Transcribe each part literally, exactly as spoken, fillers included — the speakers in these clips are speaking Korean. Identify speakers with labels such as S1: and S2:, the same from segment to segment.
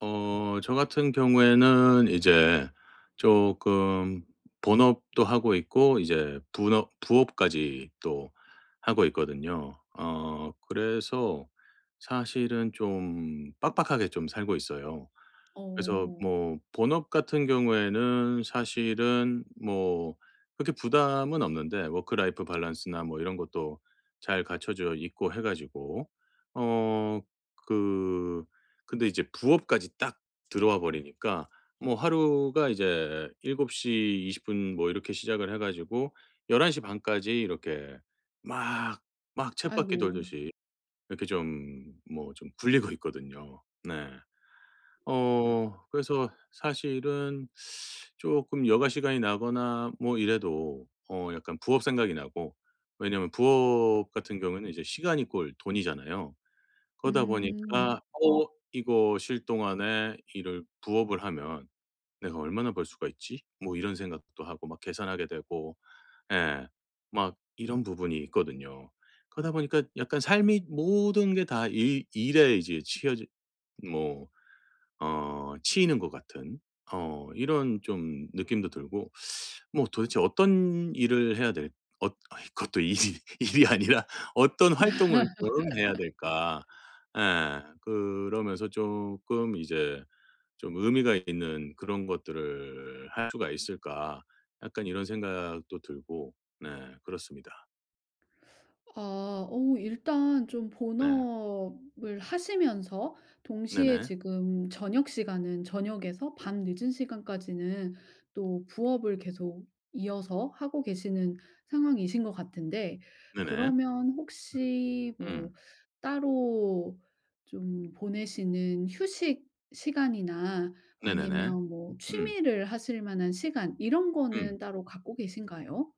S1: 어 저 같은 경우에는 이제 조금 본업도 하고 있고 이제 분업 부업까지 또 하고 있거든요. 어 그래서 사실은 좀 빡빡하게 좀 살고 있어요. 그래서
S2: 어.
S1: 뭐 본업 같은 경우에는 사실은 뭐 그렇게 부담은 없는데 워크 라이프 밸런스나 뭐 이런 것도 잘 갖춰져 있고 해 가지고 어 그 근데 이제 부업까지 딱 들어와 버리니까 뭐 하루가 이제 일곱 시 이십 분 뭐 이렇게 시작을 해 가지고 한 한 시 반 까지 이렇게 막 막 쳇바퀴
S2: 아이고.
S1: 돌듯이 이렇게 좀 뭐 좀 굴리고 있거든요. 네. 어 그래서 사실은 조금 여가 시간이 나거나 뭐 이래도 어 약간 부업 생각이 나고 왜냐면 부업 같은 경우에는 이제 시간이 꼴 돈이잖아요. 그러다 보니까
S2: 음.
S1: '어 이거 쉴 동안에 일을 부업을 하면 내가 얼마나 벌 수가 있지?' 뭐 이런 생각도 하고 막 계산하게 되고 예 막 이런 부분이 있거든요. 그러다 보니까 약간 삶이 모든 게 다 일 일에 이제 치여지 뭐 어 치이는 것 같은 어 이런 좀 느낌도 들고 뭐 도대체 어떤 일을 해야 될엇 그것도 일이 일이 아니라 '어떤 활동을 좀 해야 될까.' 예. 그러면서 조금 이제 좀 '의미가 있는 그런 것들을 할 수가 있을까.' 약간 이런 생각도 들고 네 그렇습니다.
S2: 아. 어 일단 좀
S1: 네.
S2: 본업을 하시면서 동시에
S1: 네네.
S2: 지금 저녁 시간은 저녁에서 밤 늦은 시간까지는 또 부업을 계속 이어서 하고 계시는 상황이신 것 같은데,
S1: 네네.
S2: 그러면 혹시 뭐
S1: 음.
S2: 따로 좀 보내시는 휴식 시간이나
S1: 네네네.
S2: 아니면 뭐
S1: 음.
S2: 취미를 하실 만한 시간 이런
S1: 음.
S2: 거는 따로 갖고 계신가요?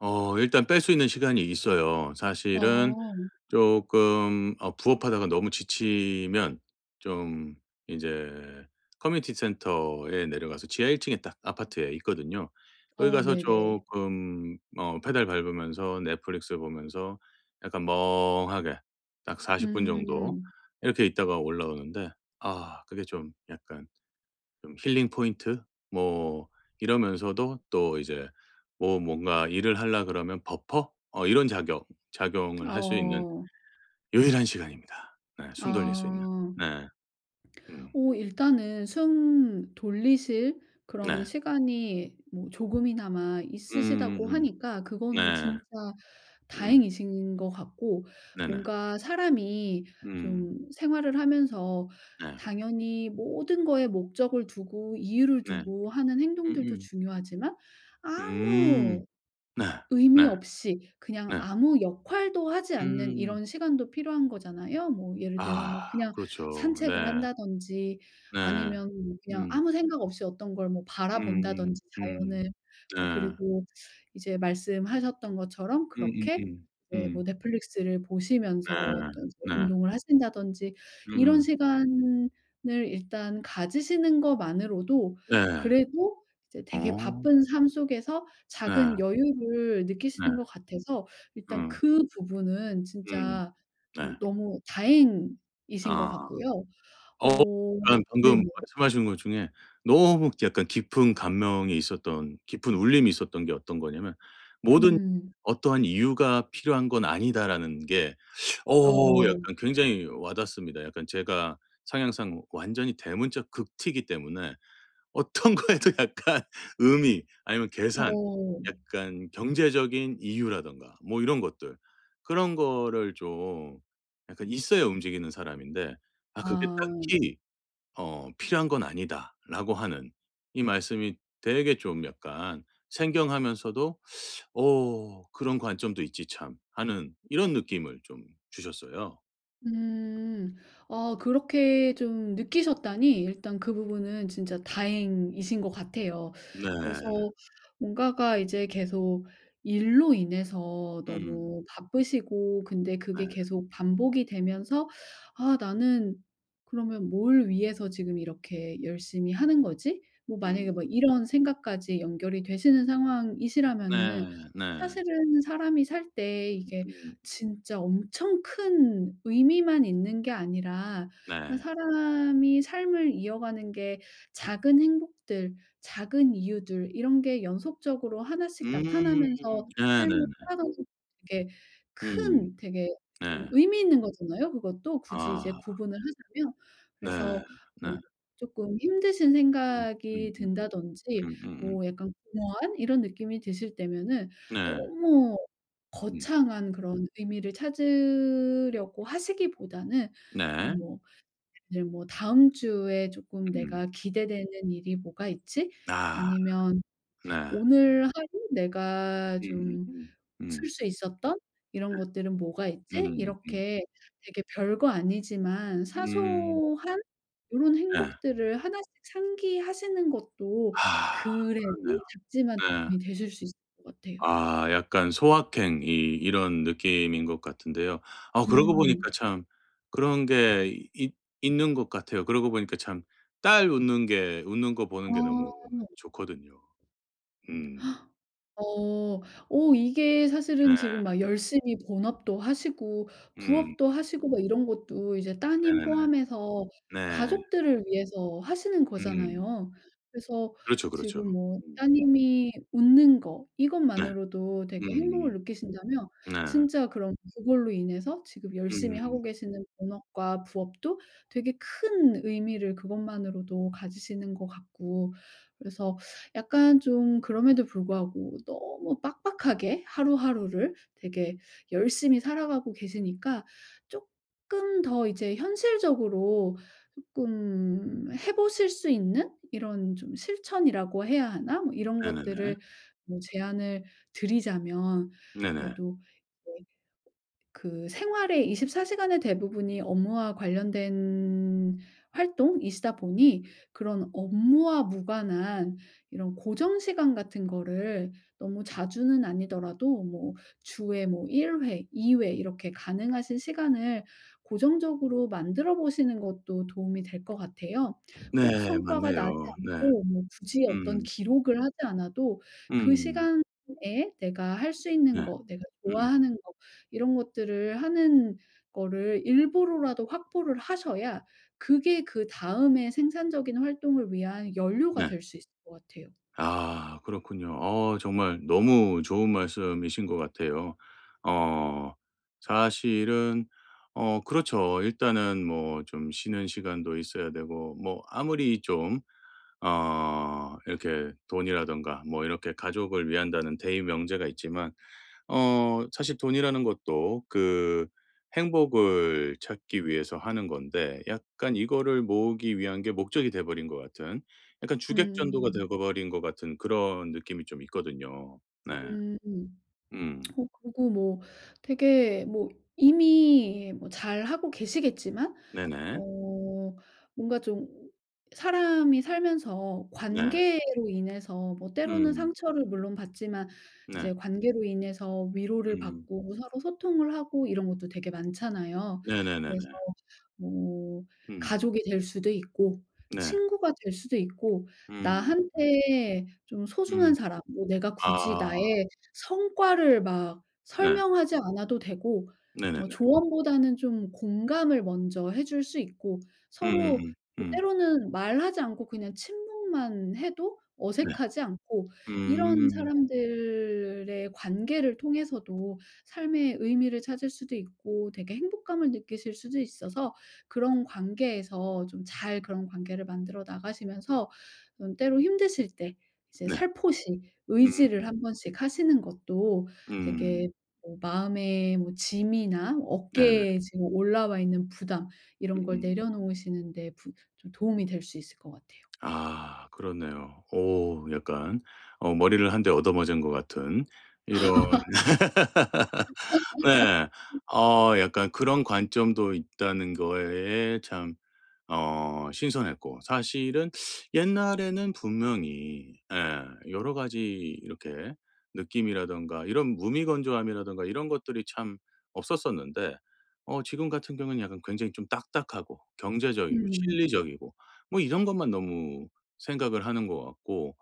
S1: 어 일단 뺄 수 있는 시간이 있어요. 사실은
S2: 어.
S1: 조금 어 부업하다가 너무 지치면 좀 이제 커뮤니티 센터에 내려가서 지하 일 층에 딱 아파트에 있거든요. 거기
S2: 어
S1: 가서
S2: 네네.
S1: 조금 어 페달 밟으면서 넷플릭스 보면서 약간 멍하게 딱 사십 분 정도
S2: 음.
S1: 이렇게 있다가 올라오는데 아 그게 좀 약간 좀 힐링 포인트 뭐 이러면서도 또 이제 뭐 뭔가 일을 하려 그러면 버퍼 어 이런 작용 작용을 할 수 있는
S2: 어.
S1: 유일한 시간입니다. 네. 숨 돌릴 수 있는.
S2: 아.
S1: 네. 음.
S2: 오. 일단은 숨 돌리실 그런
S1: 네.
S2: 시간이 뭐 조금이나마
S1: 음
S2: 있으시다고
S1: 음
S2: 하니까 그거는
S1: 네.
S2: 진짜
S1: 음.
S2: 다행이신 것 같고,
S1: 네네.
S2: 뭔가 사람이
S1: 음.
S2: 좀 생활을 하면서
S1: 네.
S2: 당연히 모든 거에 목적을 두고 이유를
S1: 네.
S2: 두고 하는
S1: 음
S2: 행동들도
S1: 음.
S2: 중요하지만
S1: 음. 음,
S2: 아무
S1: 네.
S2: 의미
S1: 네.
S2: 없이 그냥
S1: 네.
S2: 아무 역할도 하지 않는
S1: 음.
S2: 이런 시간도 필요한 거잖아요. 뭐 예를 들면
S1: 아
S2: 뭐 그냥
S1: 그렇죠.
S2: 산책을
S1: 네.
S2: 한다든지,
S1: 네.
S2: 아니면 뭐 그냥
S1: 음.
S2: 아무 생각 없이 어떤 걸 뭐
S1: 음음.
S2: 바라본다든지,
S1: 음. 음.
S2: 자연을. 어
S1: 네.
S2: 그리고 이제 말씀하셨던 것처럼
S1: 음음음.
S2: 그렇게
S1: 음. 음,
S2: 이제 뭐
S1: 음.
S2: 넷플릭스를 보시면서
S1: 네.
S2: 또 이제
S1: 네.
S2: 운동을 하신다든지, 이런
S1: 음음.
S2: 시간을 일단 가지시는 것만으로도
S1: 네.
S2: 그래도 이제 되게
S1: 어.
S2: 바쁜 삶 속에서
S1: 네.
S2: 작은 여유를
S1: 네.
S2: 느끼시는 것 같아서 일단
S1: 음.
S2: 그 부분은
S1: 음.
S2: 진짜
S1: 네.
S2: 좀 너무 다행이신 것
S1: 아.
S2: 같고요. 어
S1: 어 약간 방금
S2: 네네.
S1: 말씀하신 것 중에 너무 약간 깊은 감명이 있었던 깊은 울림이 있었던 게 어떤 거냐면 "모든
S2: 음.
S1: 어떠한 이유가 필요한 건 아니다."라는 게 어
S2: 어.
S1: 약간 굉장히 와닿습니다. 약간 제가 성향상 완전히 대문자 극T이기 때문에 어떤 거에도 약간 의미 아니면 계산
S2: 어.
S1: 약간 경제적인 이유라든가 뭐 이런 것들 그런 거를 좀 약간 있어야 움직이는 사람인데 '아 그게
S2: 아.
S1: 딱히 어 필요한 건 아니다.'라고 하는 이 말씀이 되게 좀 약간 생경하면서도 오 그런 관점도 있지 참.' 하는 이런 느낌을 좀 주셨어요.
S2: 음. 아 그렇게 좀 느끼셨다니 일단 그 부분은 진짜 다행이신 것 같아요. 그래서
S1: 네.
S2: 뭔가가 이제 계속 일로 인해서
S1: 음.
S2: 너무 바쁘시고 근데
S1: 네.
S2: 그게 계속 반복이 되면서 '아 나는 그러면 뭘 위해서 지금 이렇게 열심히 하는 거지?' 뭐 만약에
S1: 음.
S2: 뭐 이런 생각까지 연결이 되시는 상황이시라면은,
S1: 네. 네.
S2: 사실은 사람이 살 때 이게
S1: 음.
S2: 진짜 엄청 큰 의미만 있는 게 아니라 어
S1: 네.
S2: 사람이 삶을 이어가는 게 작은 행복들, 작은 이유들 이런 게 연속적으로 하나씩
S1: 음.
S2: 나타나면서
S1: 네네네.
S2: 삶을 살아가는 되게
S1: 음.
S2: 큰 되게 좀
S1: 네.
S2: 의미 있는 거잖아요, 그것도 굳이 이제
S1: 아.
S2: 구분을 하자면.
S1: 네.
S2: 그래서
S1: 네.
S2: 뭐쪼 힘드신
S1: 음.
S2: 생각이
S1: 음음.
S2: 든다든지
S1: 음음음.
S2: 뭐 약간 공허한 이런 느낌이 드실 때면은
S1: 네.
S2: 너무
S1: 음.
S2: 거창한 그런 의미를 찾으려고 하시기보다는
S1: 네.
S2: 좀 뭐 예를 뭐 '다음 주에 쪼끔
S1: 음.
S2: 내가 기대되는 일이 뭐가 있지?'
S1: 아.
S2: 아니면
S1: 네.
S2: '오늘 하루 내가 좀
S1: 음음음.
S2: 웃을
S1: 음.
S2: 수 있었던 이런 것들은 뭐가
S1: 음음
S2: 있지?'
S1: 음. 음.
S2: 이렇게 되게 별거 아니지만
S1: 음, 음. 음.
S2: 사소한 요런
S1: 네.
S2: 행복들을 하나씩 상기하시는 것도
S1: 아.
S2: 그래도
S1: 그렇네요.
S2: 작지만
S1: 네.
S2: 도움이 되실 수 있을 것 같아요.
S1: 아 약간 소확행 이 이런 느낌인 것 같은데요. 아 그러고 보니까
S2: 음.
S1: 참 그런 게 있 있는 것 같아요. 그러고 보니까 참 딸 웃는 게 웃는 거 보는 게 너무
S2: 아.
S1: 좋거든요. 음.
S2: 어. 오 이게
S1: 네.
S2: 사실은 지금 막 열심히 본업도 하시고
S1: 음.
S2: 부업도 하시고 막 이런 것도 이제 따님
S1: 네네네.
S2: 포함해서
S1: 네.
S2: 가족들을 위해서 하시는
S1: 음.
S2: 거잖아요. 그래서
S1: 그렇죠, 그렇죠.
S2: 지금 뭐
S1: 음.
S2: 따님이 웃는 거
S1: 네.
S2: 이것만으로도 되게 행복을
S1: 음음.
S2: 느끼신다면
S1: 네.
S2: 진짜 그럼 그걸로 인해서 지금 열심히 하고
S1: 음.
S2: 계시는 본업과 부업도 되게 큰 의미를 그것만으로도 가지시는 것 같고, 그래서 약간 좀 그럼에도 불구하고 너무 빡빡하게 하루하루를 되게 열심히 살아가고 계시니까 조금 더 이제 현실적으로 조금 해 보실 수 있는 이런 좀 실천이라고 해야 하나? 뭐 이런
S1: 네네네.
S2: 것들을 뭐 제안을 드리자면,
S1: 네네.
S2: 그래도 그 생활의 이십사 시간의 대부분이 업무와 관련된 활동이시다 보니 그런 업무와 무관한 이런 고정 시간 같은 거를 너무 자주는 아니더라도 뭐 주에 뭐 일 회, 이 회 이렇게 가능하신 시간을 고정적으로 만들어 보시는 것도 도움이 될 것 같아요. 꼭
S1: 네.
S2: 성과가 나지
S1: 맞네요. 네.
S2: 않고 뭐 굳이 어떤
S1: 음.
S2: 기록을 하지 않아도 그
S1: 음.
S2: 시간에 내가 할 수 있는
S1: 네.
S2: 거, 내가
S1: 음.
S2: 좋아하는 거 이런 것들을 하는 거를 일부러라도 확보를 하셔야 그게 그다음에 생산적인 활동을 위한 연료가
S1: 네.
S2: 될 수 있을 것 같아요.
S1: 아 그렇군요. 어 정말 너무 좋은 말씀이신 것 같아요. 어 사실은 어 그렇죠. 일단은 뭐 좀 쉬는 시간도 있어야 되고 뭐 아무리 좀 어 이렇게 돈이라든가 뭐 이렇게 가족을 위한다는 대의 명제가 있지만 어 사실 돈이라는 것도 그 행복을 찾기 위해서 하는 건데 약간 이거를 모으기 위한 게 목적이 돼 버린 것 같은 약간 주객전도가 돼
S2: 음.
S1: 버린 것 같은 그런 느낌이 좀 있거든요. 네.
S2: 음. 음.
S1: 음.
S2: 어 그리고 뭐 되게 뭐 이미 뭐 잘하고 계시겠지만
S1: 네네.
S2: 어 뭔가 좀 사람이 살면서
S1: 네.
S2: 관계로 인해서 뭐 때로는
S1: 음.
S2: 상처를 물론 받지만
S1: 네.
S2: 이제 관계로 인해서 위로를
S1: 음.
S2: 받고 서로 소통을 하고 이런 것도 되게 많잖아요.
S1: 네네네네.
S2: 그래서 뭐
S1: 음.
S2: 가족이 될 수도 있고
S1: 네.
S2: 친구가 될 수도 있고
S1: 음.
S2: 나한테 좀 소중한
S1: 음.
S2: 사람, 뭐 내가 굳이
S1: 아.
S2: 나의 성과를 막
S1: 네.
S2: 설명하지 않아도 되고 뭐
S1: 네네네.
S2: 조언보다는 좀 공감을 먼저 해줄 수 있고
S1: 음음음. 음.
S2: 서로
S1: 음, 음,
S2: 때로는 말하지 않고 그냥 침묵만 해도
S1: 네.
S2: 어색하지 않고 이런
S1: 음.
S2: 사람들의 관계를 통해서도 삶의 의미를 찾을 수도 있고 되게 행복감을 느끼실 수도 있어서, 그런 관계에서 좀 잘 그런 관계를 만들어 나가시면서 음 때로 힘드실 때 이제
S1: 네.
S2: 살포시
S1: 음.
S2: 의지를 한 번씩 하시는 것도
S1: 음.
S2: 되게 뭐 마음의 뭐 짐이나
S1: 네네.
S2: 어깨에 지금 올라와 있는 부담 이런 걸
S1: 음.
S2: 내려놓으시는 데 부 좀 도움이 될 수 있을 것 같아요.
S1: 아 그렇네요. 오 약간 어 머리를 한 대 얻어맞은 것 같은 이런 네. 어 약간 그런 관점도 있다는 거에 참 어 신선했고 사실은 옛날에는 분명히 예 여러 가지 이렇게 느낌이라든가 이런 무미건조함이라든가 이런 것들이 참 없었었는데 어 지금 같은 경우는 약간 굉장히 좀 딱딱하고 경제적이고
S2: 음.
S1: 실리적이고 뭐 이런 것만 너무 생각을 하는 것 같고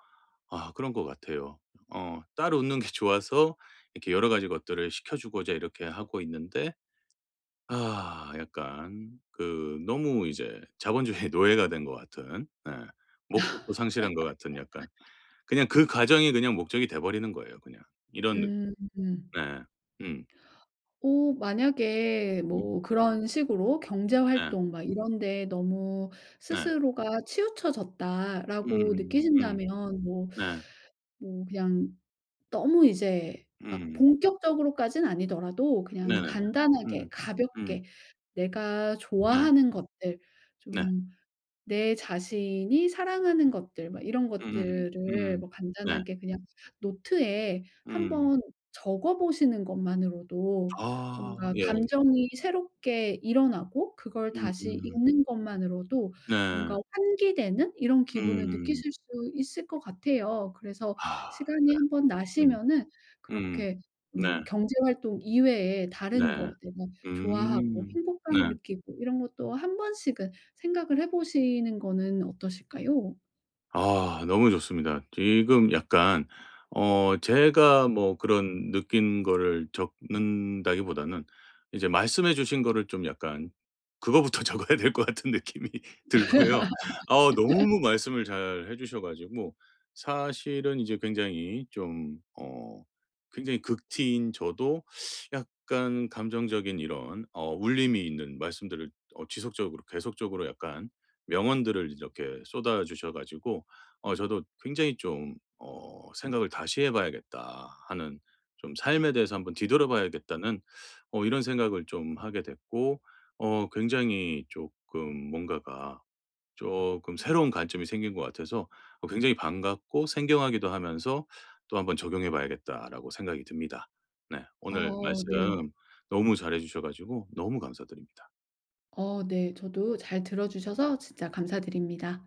S1: 아 그런 것 같아요. 어 딸 웃는 게 좋아서 이렇게 여러 가지 것들을 시켜 주고자 이렇게 하고 있는데 아 약간 그 너무 이제 자본주의의 노예가 된 것 같은 네. 목적도 상실한 것 같은 약간 그냥 그 과정이 그냥 목적이 돼 버리는 거예요 그냥. 이런 느
S2: 음.
S1: 네. 음.
S2: 어 만약에
S1: 음.
S2: 뭐 그런 식으로 '경제
S1: 네.
S2: 활동 막 이런 데에 너무
S1: 네.
S2: 스스로가 치우쳐졌다.'라고
S1: 음음음 음. 음.
S2: 느끼신다면 뭐
S1: 네.
S2: 뭐 그냥 너무 이제 막
S1: 음.
S2: 본격적으로까진 아니더라도 그냥
S1: 네네네.
S2: 간단하게
S1: 음. 음.
S2: 가볍게 내가
S1: 네.
S2: 좋아하는 것들
S1: 네.
S2: 좀 내 자신이 사랑하는 것들 막 이런
S1: 음음.
S2: 것들을
S1: 음.
S2: 뭐
S1: 네.
S2: 간단하게 그냥 노트에
S1: 음.
S2: 한번 적어 보시는 것만으로도
S1: 아
S2: 뭔가
S1: 예.
S2: 감정이 새롭게 일어나고 그걸 다시
S1: 음음.
S2: 읽는 것만으로도 뭔가
S1: 네.
S2: 환기되는 이런 기분을
S1: 음.
S2: 느끼실 수 있을 것 같아요. 그래서
S1: 아.
S2: 시간이 한번
S1: 음.
S2: 나시면은
S1: 음.
S2: 그렇게
S1: 네.
S2: 음 경제 활동 이외에
S1: 네.
S2: 다른 거 내가 좋아하고
S1: 음. 네.
S2: 행복감을 느끼고 이런 것도 한 번씩은 생각을 해 보시는 거는 어떠실까요?
S1: 아 너무 좋습니다. 지금 약간 어 제가 뭐 그런 느낀 거를 적는다기보다는 이제 말씀해 주신 거를 좀 약간 그거부터 적어야 될 것 같은 느낌이 들고요. 아 너무 말씀을 잘 해 주셔 가지고 사실은 이제 굉장히 좀 어 굉장히 극티인 저도 약간 감정적인 이런 어 울림이 있는 말씀들을 어 지속적으로 계속적으로 약간 명언들을 이렇게 쏟아 주셔 가지고 어 저도 굉장히 좀 어 '생각을 다시 해 봐야겠다.' 하는 좀 '삶에 대해서 한번 뒤돌아봐야겠다.'는 어 이런 생각을 좀 하게 됐고 어 굉장히 조금 뭔가가 조금 새로운 관점이 생긴 것 같아서 어 굉장히 반갑고 생경하기도 하면서 '또 한번 적용해 봐야겠다.'라고 생각이 듭니다. 네. 오늘
S2: 아
S1: 말씀
S2: 네.
S1: 너무 잘해 주셔 가지고 너무 감사드립니다.
S2: 어 네. 저도 잘 들어 주셔서 진짜 감사드립니다.